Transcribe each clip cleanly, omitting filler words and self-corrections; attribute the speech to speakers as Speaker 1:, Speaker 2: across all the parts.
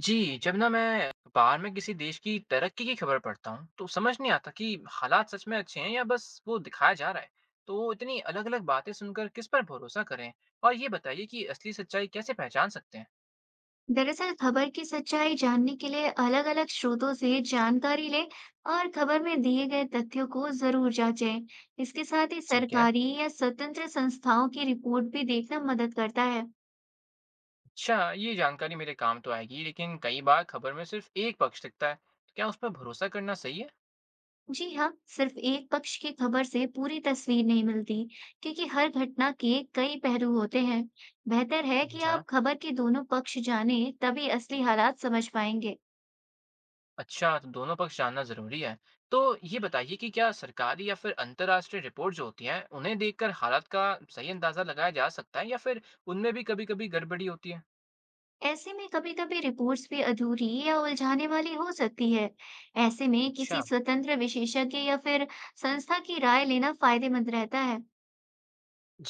Speaker 1: जी, जब ना मैं अखबार में किसी देश की तरक्की की खबर पढ़ता हूँ, तो समझ नहीं आता कि हालात सच में अच्छे हैं या बस वो दिखाया जा रहा है। तो इतनी अलग-अलग बातें सुनकर किस पर भरोसा करें? और ये बताइए कि असली सच्चाई कैसे पहचान सकते हैं?
Speaker 2: दरअसल खबर की सच्चाई जानने के लिए अलग-अलग स्रोतों से जानकारी लें और खबर में दिए गए तथ्यों को जरूर जांचें। इसके साथ ही
Speaker 1: ठीक है।
Speaker 2: सरकारी या स्वतंत्र संस्थाओं की रिपोर्ट भी देखना मदद करता है।
Speaker 1: अच्छा, ये जानकारी मेरे काम तो आएगी, लेकिन कई बार खबर में सिर्फ एक पक्ष दिखता है। तो क्या उस पर भरोसा करना सही है?
Speaker 2: जी हाँ, सिर्फ एक पक्ष की खबर से पूरी तस्वीर नहीं मिलती, क्योंकि हर घटना के कई पहलू होते हैं। बेहतर है कि
Speaker 1: अच्छा।
Speaker 2: आप खबर के दोनों पक्ष जानें, तभी असली हालात समझ पाएंगे।
Speaker 1: अच्छा, तो दोनों पक्ष जानना ज़रूरी है। तो ये बताइए कि क्या सरकारी या फिर अंतर्राष्ट्रीय रिपोर्ट जो होती हैं, उन्हें देखकर हालात का सही अंदाज़ा लगाया जा सकता है या फिर उनमें भी कभी-कभी गड़बड़ी होती है?
Speaker 2: ऐसे में कभी-कभी रिपोर्ट्स भी अधूरी या उलझाने वाली हो सकती है। ऐसे में
Speaker 1: अच्छा।
Speaker 2: किसी स्वतंत्र विशेषज्ञ या फिर संस्था की राय लेना फायदेमंद रहता है।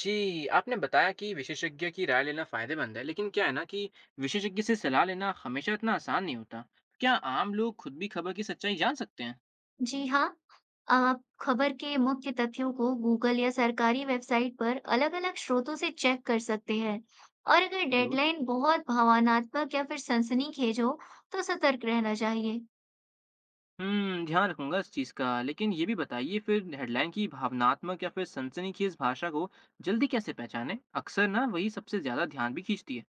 Speaker 1: जी, आपने बताया कि विशेषज्ञ की राय लेना फायदेमंद है, लेकिन क्या है ना कि विशेषज्ञ से सलाह लेना हमेशा इतना आसान नहीं होता। क्या आम लोग खुद भी खबर की सच्चाई जान सकते हैं?
Speaker 2: जी हाँ, आप खबर के मुख्य तथ्यों को गूगल या सरकारी वेबसाइट पर अलग-अलग स्रोतों से चेक कर सकते हैं। और अगर डेडलाइन बहुत भावनात्मक या फिर सनसनीखेज हो, तो सतर्क रहना चाहिए।
Speaker 1: हुँ, ध्यान रखूँगा इस चीज़ का। लेकिन ये भी बताइए फिर हेडलाइन की भावनात्मक या फिर सनसनीखेज़ भाषा को जल्दी कैसे पहचानें? अक्सर ना वही सबसे ज़्यादा ध्यान भी खींचती है।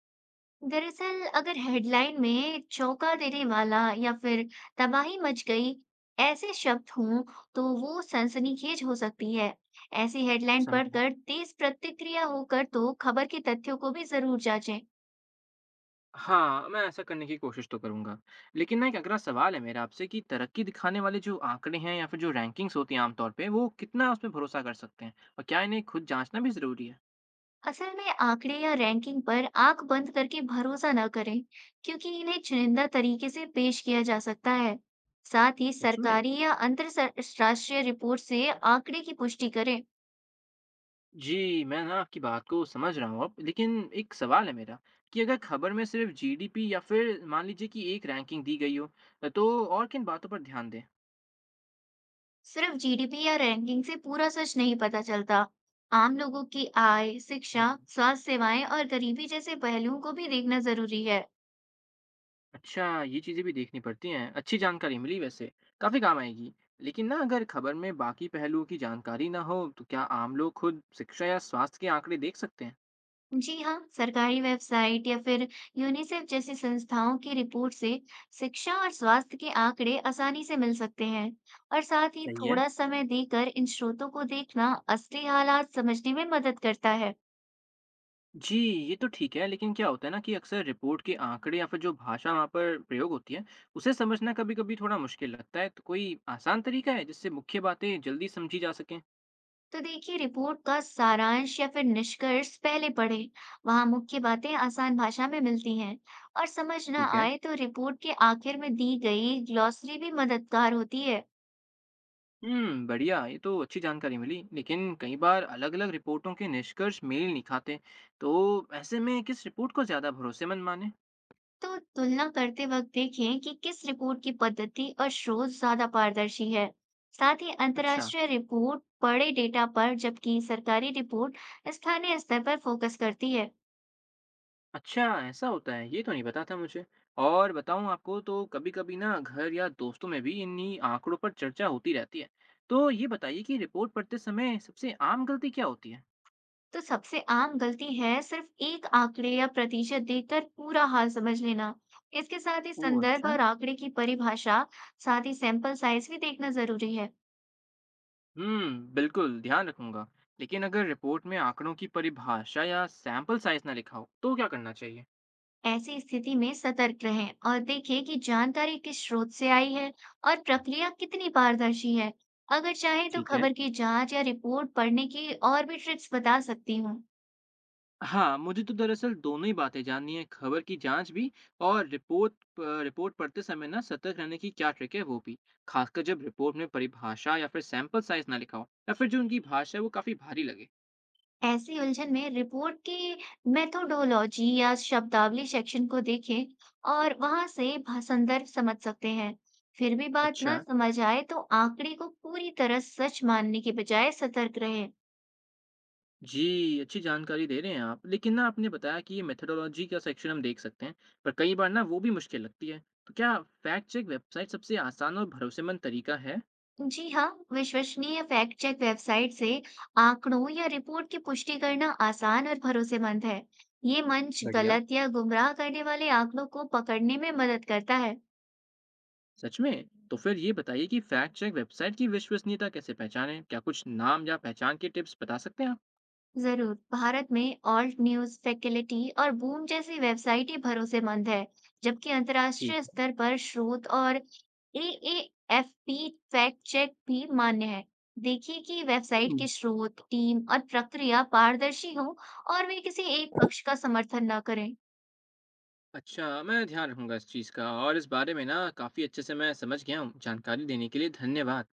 Speaker 2: दरअसल अगर हेडलाइन में चौंका देने वाला या फिर तबाही मच गई ऐसे शब्द हों तो वो सनसनीखेज हो सकती है। ऐसी हेडलाइन
Speaker 1: समझा।
Speaker 2: पढ़कर तेज प्रतिक्रिया होकर तो खबर के तथ्यों को भी जरूर जांचें।
Speaker 1: हाँ, मैं ऐसा करने की कोशिश तो करूँगा। लेकिन ना एक अगला सवाल है मेरा आपसे कि तरक्की दिखाने वाले जो आंकड़े हैं या फिर जो रैंकिंग्स होती हैं आम तौर पे, वो कितना उसपे भरोसा कर सकते हैं? और क्या इन्हें खुद जाँचना भी ज़रूरी है?
Speaker 2: असल में आंकड़े या रैंकिंग पर आंख बंद करके भरोसा न करें, क्योंकि इन्हें चुनिंदा तरीके से पेश किया जा सकता है। साथ ही
Speaker 1: सच में?
Speaker 2: सरकारी या अंतरराष्ट्रीय रिपोर्ट से आंकड़े की पुष्टि करें।
Speaker 1: जी, मैं ना आपकी बात को समझ रहा हूँ अब, लेकिन एक सवाल है मेरा कि अगर खबर में सिर्फ जीडीपी या फिर मान लीजिए कि एक रैंकिंग दी गई हो, तो और किन बातों पर ध्यान दें?
Speaker 2: सिर्फ जीडीपी या रैंकिंग से पूरा सच नहीं पता चलता। आम लोगों की आय, शिक्षा,
Speaker 1: हम्म।
Speaker 2: स्वास्थ्य सेवाएं और गरीबी जैसे पहलुओं को भी देखना जरूरी है।
Speaker 1: अच्छा, ये चीज़ें भी देखनी पड़ती हैं। अच्छी जानकारी मिली वैसे, काफ़ी काम आएगी। लेकिन ना अगर खबर में बाकी पहलुओं की जानकारी ना हो, तो क्या आम लोग खुद शिक्षा या स्वास्थ्य के आंकड़े देख सकते हैं?
Speaker 2: जी हाँ, सरकारी वेबसाइट या फिर यूनिसेफ जैसी संस्थाओं की रिपोर्ट से शिक्षा और स्वास्थ्य के आंकड़े आसानी से मिल सकते हैं। और साथ ही
Speaker 1: सही है।
Speaker 2: थोड़ा समय देकर इन स्रोतों को देखना असली हालात समझने में मदद करता है।
Speaker 1: जी, ये तो ठीक है, लेकिन क्या होता है ना कि अक्सर रिपोर्ट के आंकड़े या फिर जो भाषा वहाँ पर प्रयोग होती है, उसे समझना कभी-कभी थोड़ा मुश्किल लगता है। तो कोई आसान तरीका है जिससे मुख्य बातें जल्दी समझी जा सकें?
Speaker 2: तो देखिए, रिपोर्ट का सारांश या फिर निष्कर्ष पहले पढ़ें। वहां मुख्य बातें आसान भाषा में मिलती हैं, और समझ ना
Speaker 1: ठीक है।
Speaker 2: आए तो रिपोर्ट के आखिर में दी गई ग्लॉसरी भी मददगार होती है।
Speaker 1: बढ़िया, ये तो अच्छी जानकारी मिली। लेकिन कई बार अलग-अलग रिपोर्टों के निष्कर्ष मेल नहीं खाते, तो ऐसे में किस रिपोर्ट को ज़्यादा भरोसेमंद माने?
Speaker 2: तो तुलना करते वक्त देखें कि किस रिपोर्ट की पद्धति और स्रोत ज्यादा पारदर्शी है। साथ ही
Speaker 1: अच्छा।
Speaker 2: अंतर्राष्ट्रीय रिपोर्ट बड़े डेटा पर, जबकि सरकारी रिपोर्ट स्थानीय स्तर पर फोकस करती है।
Speaker 1: अच्छा, ऐसा होता है, ये तो नहीं पता था मुझे। और बताऊँ आपको तो कभी-कभी ना घर या दोस्तों में भी इन्हीं आंकड़ों पर चर्चा होती रहती है। तो ये बताइए कि रिपोर्ट पढ़ते समय सबसे आम गलती क्या होती है?
Speaker 2: तो सबसे आम गलती है सिर्फ एक आंकड़े या प्रतिशत देखकर पूरा हाल समझ लेना। इसके साथ ही
Speaker 1: ओह,
Speaker 2: संदर्भ
Speaker 1: अच्छा।
Speaker 2: और आंकड़े की परिभाषा, साथ ही सैंपल साइज भी देखना जरूरी है।
Speaker 1: बिल्कुल ध्यान रखूंगा। लेकिन अगर रिपोर्ट में आंकड़ों की परिभाषा या सैंपल साइज ना लिखा हो, तो क्या करना चाहिए?
Speaker 2: ऐसी स्थिति में सतर्क रहें और देखें कि जानकारी किस स्रोत से आई है और प्रक्रिया कितनी पारदर्शी है। अगर चाहे तो
Speaker 1: ठीक है।
Speaker 2: खबर की जांच या रिपोर्ट पढ़ने की और भी ट्रिक्स बता सकती हूँ।
Speaker 1: हाँ, मुझे तो दरअसल दोनों ही बातें जाननी है, खबर की जांच भी और रिपोर्ट पढ़ते समय ना सतर्क रहने की क्या ट्रिक है वो भी, खासकर जब रिपोर्ट में परिभाषा या फिर सैंपल साइज ना लिखा हो या फिर जो उनकी भाषा है वो काफी भारी लगे।
Speaker 2: ऐसी उलझन में रिपोर्ट की मेथोडोलॉजी या शब्दावली सेक्शन को देखें, और वहां से संदर्भ समझ सकते हैं। फिर भी बात
Speaker 1: अच्छा।
Speaker 2: ना समझ आए तो आंकड़े को पूरी तरह सच मानने के बजाय सतर्क रहें।
Speaker 1: जी, अच्छी जानकारी दे रहे हैं आप, लेकिन ना आपने बताया कि ये मेथोडोलॉजी का सेक्शन हम देख सकते हैं, पर कई बार ना वो भी मुश्किल लगती है। तो क्या फैक्ट चेक वेबसाइट सबसे आसान और भरोसेमंद तरीका है?
Speaker 2: जी हाँ, विश्वसनीय फैक्ट चेक वेबसाइट से आंकड़ों या रिपोर्ट की पुष्टि करना आसान और भरोसेमंद है। ये मंच
Speaker 1: बढ़िया।
Speaker 2: गलत या गुमराह करने वाले आंकड़ों को पकड़ने में मदद करता है।
Speaker 1: सच में? तो फिर ये बताइए कि फैक्ट चेक वेबसाइट की विश्वसनीयता कैसे पहचानें? क्या कुछ नाम या पहचान के टिप्स बता सकते हैं आप?
Speaker 2: जरूर, भारत में ऑल्ट न्यूज, फैकल्टी और बूम जैसी वेबसाइट ही भरोसेमंद है, जबकि
Speaker 1: ठीक
Speaker 2: अंतर्राष्ट्रीय
Speaker 1: है।
Speaker 2: स्तर पर स्रोत और एएएफपी फैक्ट चेक भी मान्य है। देखिए कि वेबसाइट
Speaker 1: हम्म।
Speaker 2: के स्रोत, टीम और प्रक्रिया पारदर्शी हो और वे किसी एक पक्ष का समर्थन न करें।
Speaker 1: अच्छा, मैं ध्यान रखूंगा इस चीज़ का। और इस बारे में ना काफ़ी अच्छे से मैं समझ गया हूँ। जानकारी देने के लिए धन्यवाद।